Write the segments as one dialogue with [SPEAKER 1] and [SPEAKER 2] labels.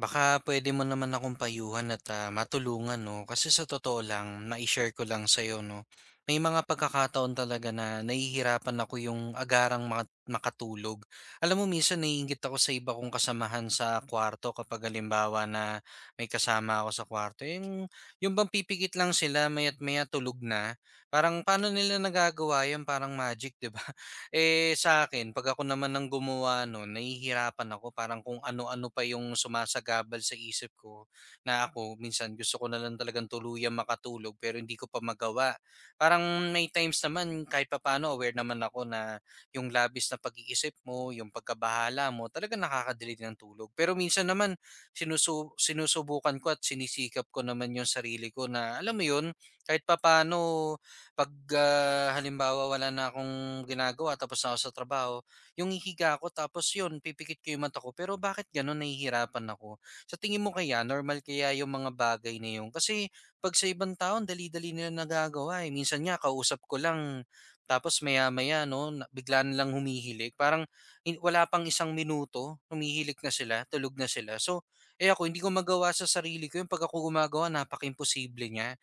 [SPEAKER 1] Baka puwede mo naman akong payuhan at, matulungan 'no, kasi sa totoo lang na share ko lang sa'yo 'no, may mga pagkakataon talaga na nahihirapan ako yung agarang makatulog. Alam mo minsan naiinggit ako sa iba kong kasamahan sa kwarto kapag halimbawa na may kasama ako sa kwarto yung bang pipikit lang sila maya't maya tulog na. Parang paano nila nagagawa yun, parang magic 'di ba? Eh, sa akin, 'pag ako naman ang gumawa nun nahihirapan ako parang kung ano-ano pa yung sumasagabal sa isip ko, na ako minsan gusto ko na lang talagang tuluyang makatulog pero hindi ko pa magawa. Parang may times naman kahit papaano aware naman ako na yung labis na pag-iisip mo, yung pagkabahala mo talagang nakaka-delay ng tulog. Pero minsan naman sinusubukan ko at sinisikap ko naman yung sarili ko na alam mo yun, kahit papaano 'pag, halimbawa wala na akong ginagawa tapos na ako sa trabaho, yung hihiga ako tapos yun pipikit ko yung mata ko pero bakit gano'n nahihirapan ako? Sa tingin mo kaya normal kaya yung mga bagay na yun? Kasi 'pag sa ibang tao ang dali-dali nila nagagawa, eh, minsan nga kausap ko lang tapos maya-maya 'no na bigla nilang humihilik parang wala pang 1 minuto humihilik na sila, tulog na sila. So, eh, ako hindi ko magawa sa sarili ko yun 'pag ako gumagawa napakaimposible niya.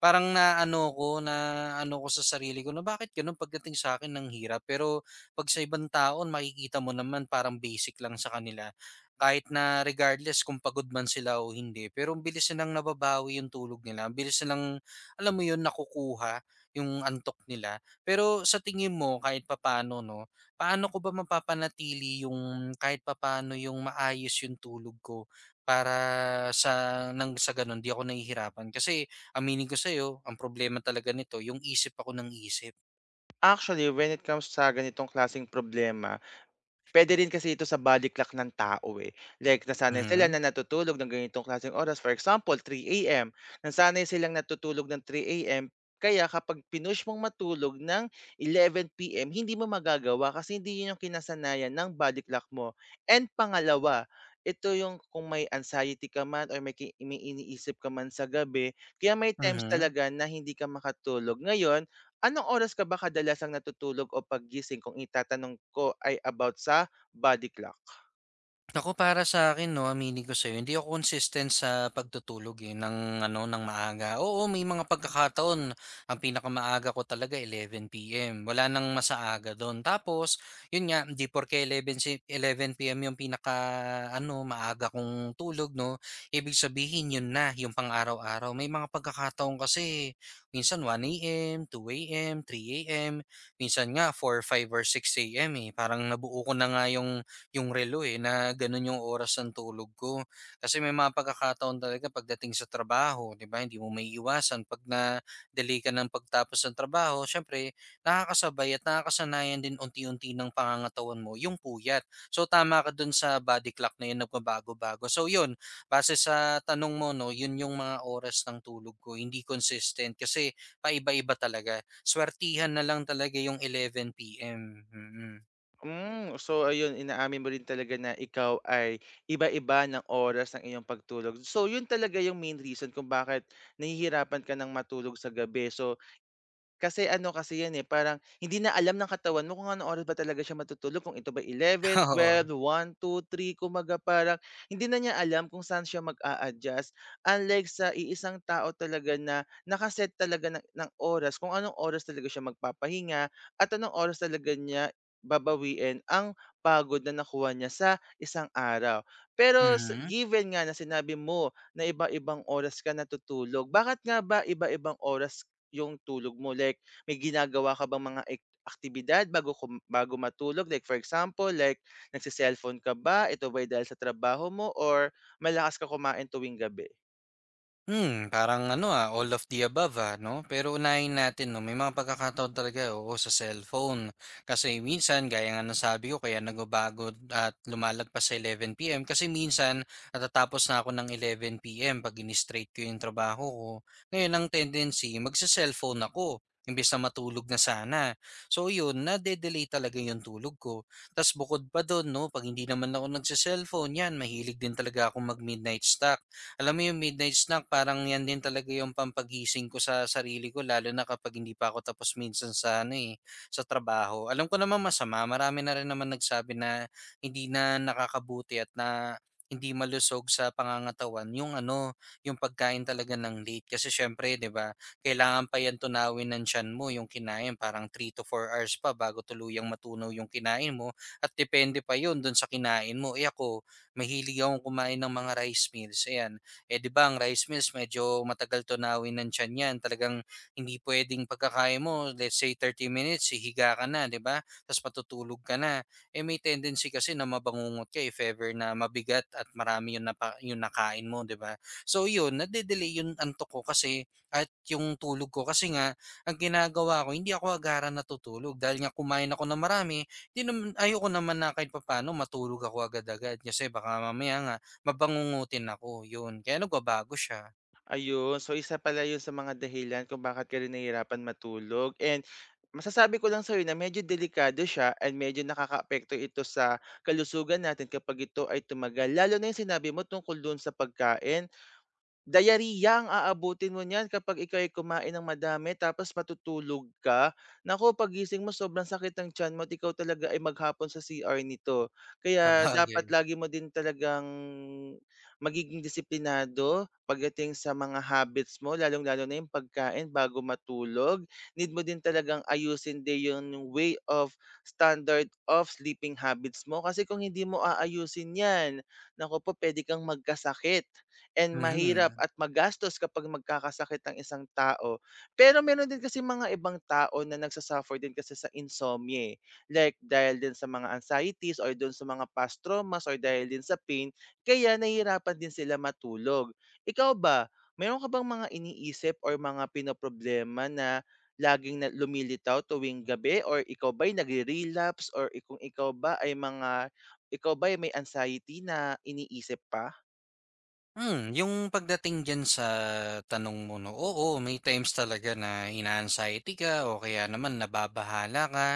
[SPEAKER 1] Parang na ano ko sa sarili ko na bakit gano'n pagdating sa akin ng hirap, pero 'pag sa ibang tao makikita mo naman parang basic lang sa kanila. Kahit na regardless kung pagod man sila o hindi, pero ang bilis nilang nababawi yung tulog nila, ang bilis nilang alam mo yun, nakukuha yung antok nila. Pero sa tingin mo kahit papaano 'no, paano ko ba mapapanatili yung kahit papaano yung maayos yung tulog ko para sa nang sa gano'n 'di ako nahihirapan? Kasi aminin ko sa'yo ang problema talaga nito yung isip ako ng isip.
[SPEAKER 2] Actually, when it comes sa ganitong klaseng problema, puwede rin kasi ito sa body clock ng tao, eh. Like, nasanay sila
[SPEAKER 1] Mhm,
[SPEAKER 2] na natutulog ng ganitong klaseng oras. For example, 3 AM. Nasanay silang natutulog ng 3 AM, kaya kapag pinush mong matulog ng 11 PM, hindi mo magagawa kasi hindi 'yun yung kinasanayan ng body clock mo. And pangalawa, ito yung kung may anxiety ka man or may iniisip ka man sa gabi, kaya may times
[SPEAKER 1] mhm.
[SPEAKER 2] talaga na hindi ka makatulog. Ngayon. Anong oras ka ba kadalasang natutulog o paggising kung itatanong ko ay about sa body clock?
[SPEAKER 1] Naku, para sa akin 'no, aminin ko sa'yo, hindi ako consistent sa pagtutulog, eh, ng ano, ng maaga. Oo, may mga pagkakataon ang pinakamaaga ko talaga 11 PM, wala nang masaaga aaga Tapos yun nga, hindi porke 11 11 PM yung pinaka-ano, maaga kong tulog 'no, ibig sabihin yun na, yung pang-araw-araw. May mga pagkakataon kasi minsan 1 AM, 2 AM, 3 AM, minsan nga 4, 5 or 6 AM, eh. Parang nabuo ko na nga yung relo, eh, na gano'n yung oras ng tulog ko. Kasi may mga pagkakataon talaga pagdating sa trabaho, 'di ba, hindi mo may iwasan 'pag na-delay ka ng pagtapos ng trabaho siyempre nakakasabay at nakakasanayan din unti-unti ng pangangatawan mo yung puyat. So, tama ka do'n sa body clock na yun nagbabago-bago. So yun. Base sa tanong mo 'no, yun yung mga oras ng tulog ko, hindi consistent kasi paiba-iba talaga. Swertihan na lang talaga yung 11 PM, mm.
[SPEAKER 2] Hmm, so ayun inaamin mo rin talaga na ikaw ay iba-iba ng oras ng iyong pagtulog. So yun talaga yung main reason kung bakit nahihirapan ka ng matulog sa gabi. So. Kasi ano kasi yan, eh, parang hindi na alam ng katawan mo kung anong oras ba talaga siya matutulog, kung ito ba eleven
[SPEAKER 1] Oo.
[SPEAKER 2] twelve one two three kumbaga parang hindi na niya alam kung saan siya mag-a-adjust. Unlike sa iisang tao talaga na nakaset talaga ng oras kung anong oras talaga siya magpapahinga at anong oras talaga niya babawiin ang pagod na nakuha niya sa isang araw. Pero
[SPEAKER 1] Mhm.
[SPEAKER 2] given nga na sinabi mo na iba-ibang oras ka natutulog, bakit nga ba iba-ibang oras yung tulog mo? Like, may ginagawa ka bang mga ek aktibidad bago matulog? Like for example, like nagse ka ba? Ito ba'y dahil sa trabaho mo or malakas ka kumain tuwing gabi?
[SPEAKER 1] Hmm, parang ano, ah, all of the above, 'no? Pero unahin natin 'no, may mga pagkakataon talaga, eh, oo, sa cellphone. Kasi minsan gaya nga ng sabi ko kaya nagbabago at lumalagpas sa 11 PM kasi minsan natatapos na ako ng 11 PM 'pag ini-straight ko yung trabaho ko. Ngayon ang tendency magse-cellphone ako imbes na matulog na sana. So yun, nade-delay talaga yung tulog ko. Ta's bukod pa dun 'no, 'pag hindi naman ako nagse-cellphone, 'yan mahilig din talaga ako mag-midnight snack. Alam mo yung midnight snack parang yan din talaga yung pampagising ko sa sarili ko lalo na kapag hindi pa ako tapos minsan sa ano eh, sa trabaho. Alam ko naman masama, marami na rin naman nagsabi na hindi na nakakabuti at na hindi malusog sa pangangatawan yung ano, yung pagkain talaga ng late. Kasi syempre, di ba, kailangan pa yan tunawin ng tiyan mo, yung kinain, parang 3 to 4 hours pa bago tuluyang matunaw yung kinain mo. At depende pa yun dun sa kinain mo. Eh ako, mahilig akong kumain ng mga rice meals. Ayan, eh, 'di ba ang rice meals medyo matagal tunawin ng tiyan 'yan, talagang hindi puwedeng pagkakain mo, let's say 30 minutes hihiga ka na, 'di ba? Tapos matutulog ka na. Eh, may tendency kasi na mabangungot ka if ever na mabigat at marami yung nakain mo, 'di ba? So, 'yun nade-delay yung antok ko kasi at yung tulog ko kasi nga ang ginagawa ko hindi ako agaran natutulog dahil nga kumain ako na marami, 'di naman ayoko naman na kahit papaano matulog ako agad-agad kasi baka mamaya nga mabangungutin ako, 'yun. Kaya nagbabago siya,
[SPEAKER 2] Ayun, so isa pala yun sa mga dahilan kung bakit ka rin nahihirapan matulog and masasabi ko lang sa'yo na medyo delikado siya and medyo nakakaapekto ito sa kalusugan natin kapag ito ay tumagal. Lalo na yung sinabi mo tungkol do'n sa pagkain. Diarrhea ang aabutin mo niyan kapag ikaw ay kumain ng madami tapos matutulog ka. Naku, pagising mo sobrang sakit ng tiyan mo at ikaw talaga ay maghapon sa CR nito. Kaya dapat
[SPEAKER 1] sabagay.
[SPEAKER 2] lagi mo din talagang magiging disiplinado pagdating sa mga habits mo, lalong-lalo na yung pagkain bago matulog. Need mo din talagang ayusin din yung way of standard of sleeping habits mo kasi kung hindi mo aayusin yan, naku po, pwede kang magkasakit and mahirap
[SPEAKER 1] Mhm.
[SPEAKER 2] at magastos kapag magkakasakit ang isang tao. Pero meron din kasi mga ibang tao na din kasi sa insomnia, eh. Like dahil din sa mga anxieties or dun sa mga past traumas or dahil din sa pain, kaya nahihirapan din sila matulog. Ikaw ba, meron ka bang mga iniisip or mga pinoproblema na laging na lumilitaw tuwing gabi or ikaw ba'y nagre-relapse or i kung ikaw ba ay mga ikaw ba'y may anxiety na iniisip pa?
[SPEAKER 1] Hmm, yung pagdating diyan sa tanong mo 'no, oo, may times talaga na ina-anxiety ka o kaya naman nababahala ka.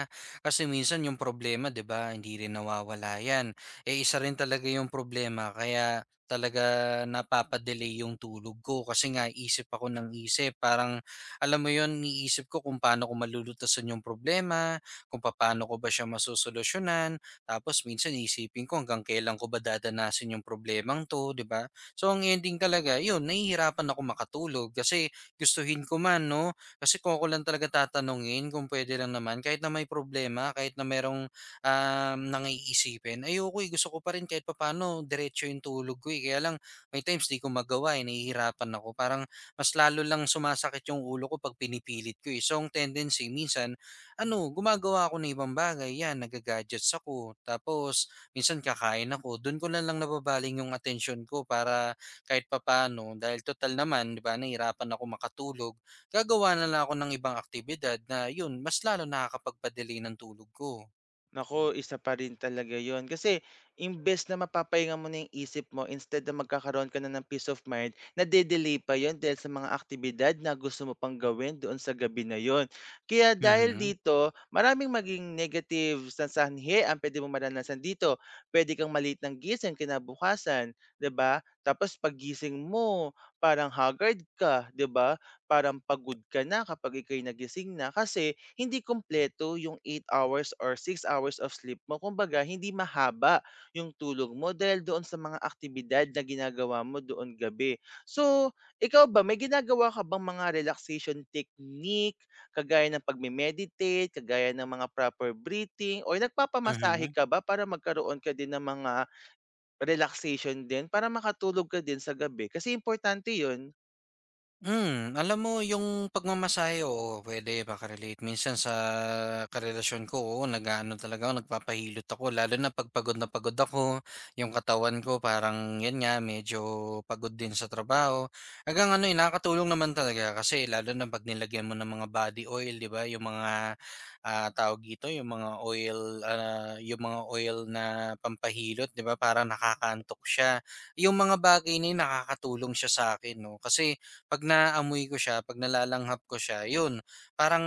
[SPEAKER 1] Kasi minsan yung problema 'di ba, hindi rin nawawala 'yan. Eh, isa rin talaga yung problema kaya talaga napapa yung tulog ko kasi nga isip ako ng isip. Parang alam mo yon niisip ko kung paano ko malulutasan yung problema, kung paano ko ba siya masosolusyunan. Tapos minsan isipin ko hanggang kailan ko ba dadanasin yung problemang 'to, 'di ba? So ang ending talaga, yun, nahihirapan ako makatulog kasi gustuhin ko man, no? Kasi kung ako lang talaga tatanungin, kung pwede lang naman, kahit na may problema, kahit na merong nangiisipin, ayoko eh, gusto ko pa rin kahit papano, diretso yung tulog ko eh. Kaya lang, may times di ko magawa eh, nahihirapan ako. Parang mas lalo lang sumasakit yung ulo ko pag pinipilit ko eh. So ang tendency, minsan, ano, gumagawa ako ng ibang bagay, yan, nagagadgets ako. Tapos, minsan kakain ako, dun ko na lang nababaling yung attention ko para kahit papaano dahil total naman 'di ba nahirapan ako makatulog, gagawa na lang ako ng ibang aktibidad na yun mas lalo nakakapagpa-delay ng tulog ko.
[SPEAKER 2] Nako, isa pa rin talaga yon. Kasi imbes na mapapahinga mo na yung isip mo, instead na magkakaroon ka na ng peace of mind, nade-delay pa yun dahil sa mga aktibidad na gusto mo pang gawin doon sa gabi na yon. Kaya dahil
[SPEAKER 1] Mhm,
[SPEAKER 2] dito, maraming maging negative sa sanhi ang pwede mo maranasan dito. Pwede kang maliit ng gising kinabukasan, 'di ba? Tapos pagising mo, parang haggard ka, 'di ba? Parang pagod ka na kapag ikay nagising na kasi hindi kumpleto yung eight hours or six hours of sleep mo. Kumbaga, hindi mahaba yung tulog mo dahil doon sa mga aktibidad na ginagawa mo doon gabi. So, ikaw ba, may ginagawa ka bang mga relaxation technique, kagaya ng pagme-meditate, kagaya ng mga proper breathing, or nagpapamasahe
[SPEAKER 1] mhm.
[SPEAKER 2] ka ba para magkaroon ka din ng mga relaxation din, para makatulog ka din sa gabi? Kasi importante yun.
[SPEAKER 1] Hmm, alam mo yung pagmamasahe, oo, puwede. Minsan sa karelasyon ko, oo, nag-aano talaga ako, nagpapahilot ako lalo na 'pag pagod na pagod ako, yung katawan ko parang 'yan nga, medyo pagod din sa trabaho. Hanggang ano, eh, nakakatulong naman talaga kasi lalo na 'pag nilagyan mo ng mga body oil, 'di ba, yung mga, tawag dito, yung mga oil, yung mga oil na pampahilot, 'di ba, parang nakakantok siya. Yung mga bagay na yun nakakatulong siya sa'kin 'no, kasi 'pag naamoy ko siya, 'pag nalalanghap ko siya, yun, parang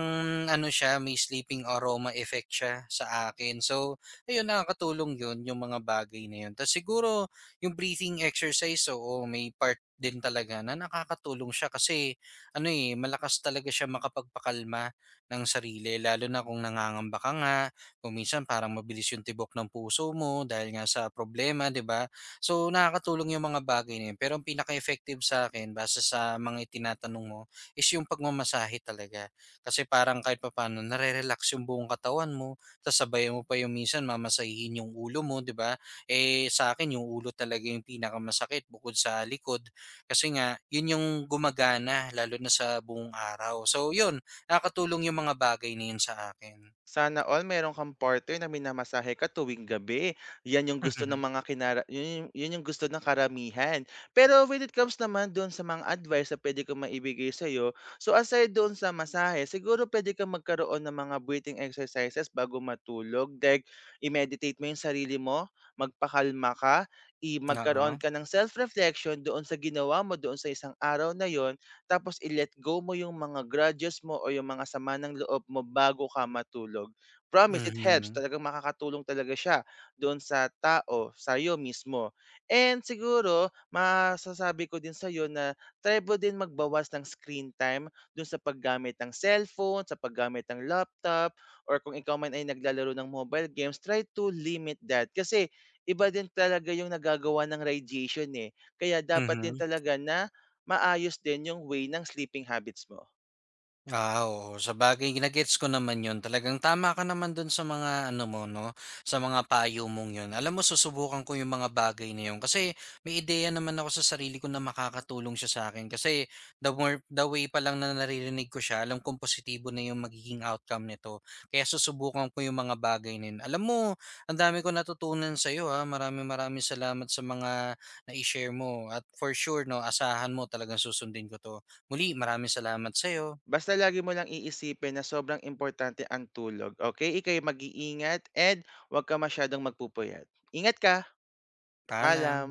[SPEAKER 1] ano siya, may sleeping aroma effect siya sa akin. So, ayun, nakakatulong yun, yung mga bagay na yun. Tapos siguro, yung breathing exercise, oo, may part din talaga na nakakatulong siya kasi ano eh, malakas talaga siya makapagpakalma ng sarili lalo na kung nangangamba ka nga, kung minsan parang mabilis yung tibok ng puso mo dahil nga sa problema, 'di ba? So, nakakatulong yung mga bagay na yun. Pero ang pinaka-effective sa akin, base sa mga itinatanong mo, is yung pagmamasahe talaga. Kasi parang kahit papaano, nare-relax yung buong katawan mo, tapos sabay mo pa yung minsan, mamasahihin yung ulo mo, di ba? Eh, sa akin, yung ulo talaga yung pinakamasakit bukod sa likod. Kasi nga, yun yung gumagana, lalo na sa buong araw. So, yun, nakakatulong yung mga bagay na yun sa akin.
[SPEAKER 2] Sana all meron kang partner na minamasahe ka tuwing gabi. Yan yung gusto ng mga kinara yun yung gusto ng karamihan. Pero when it comes naman doon sa mga advice na puwede ko maibigay sa'yo, so aside doon sa masahe, siguro puwede kang magkaroon ng mga breathing exercises bago matulog. Like, i-meditate mo yung sarili mo, magpakalma ka, magkaroon
[SPEAKER 1] Oo.
[SPEAKER 2] ka ng self-reflection doon sa ginawa mo doon sa isang araw na yon tapos i-let go mo yung mga grudges mo o yung mga sama ng loob mo bago ka matulog. Promise, it helps.
[SPEAKER 1] Mhm.
[SPEAKER 2] Talagang makakatulong talaga siya doon sa tao, sa'yo mismo. And siguro, masasabi ko din sa'yo na try mo din magbawas ng screen time doon sa paggamit ng cellphone, sa paggamit ng laptop, or kung ikaw man ay naglalaro ng mobile games, try to limit that. Kasi iba din talaga yung nagagawa ng radiation eh. Kaya dapat din
[SPEAKER 1] Mhm.
[SPEAKER 2] talaga na maayos din yung way ng sleeping habits mo.
[SPEAKER 1] Ah, oo. Sabagay ginagets ko naman 'yun. Talagang tama ka naman dun sa mga ano mo 'no, sa mga payo mong 'yun. Alam mo susubukan ko yung mga bagay na 'yun kasi may ideya naman ako sa sarili ko na makakatulong siya sa akin, kasi the more the way pa lang na naririnig ko siya alam kong positibo na yung magiging outcome nito. Kaya susubukan ko yung mga bagay na 'yun. Alam mo ang dami kong natutunan sa'yo, ah. Maraming maraming salamat sa mga na share mo at for sure 'no, asahan mo talagang susundin ko 'to. Muli maraming salamat sa'yo.
[SPEAKER 2] Basta lagi mo lang iisipin na sobrang importante ang tulog, okay, ika'y mag-iingat and 'wag ka masyadong magpupuyat. Ingat ka,
[SPEAKER 1] Paalam.
[SPEAKER 2] paalam.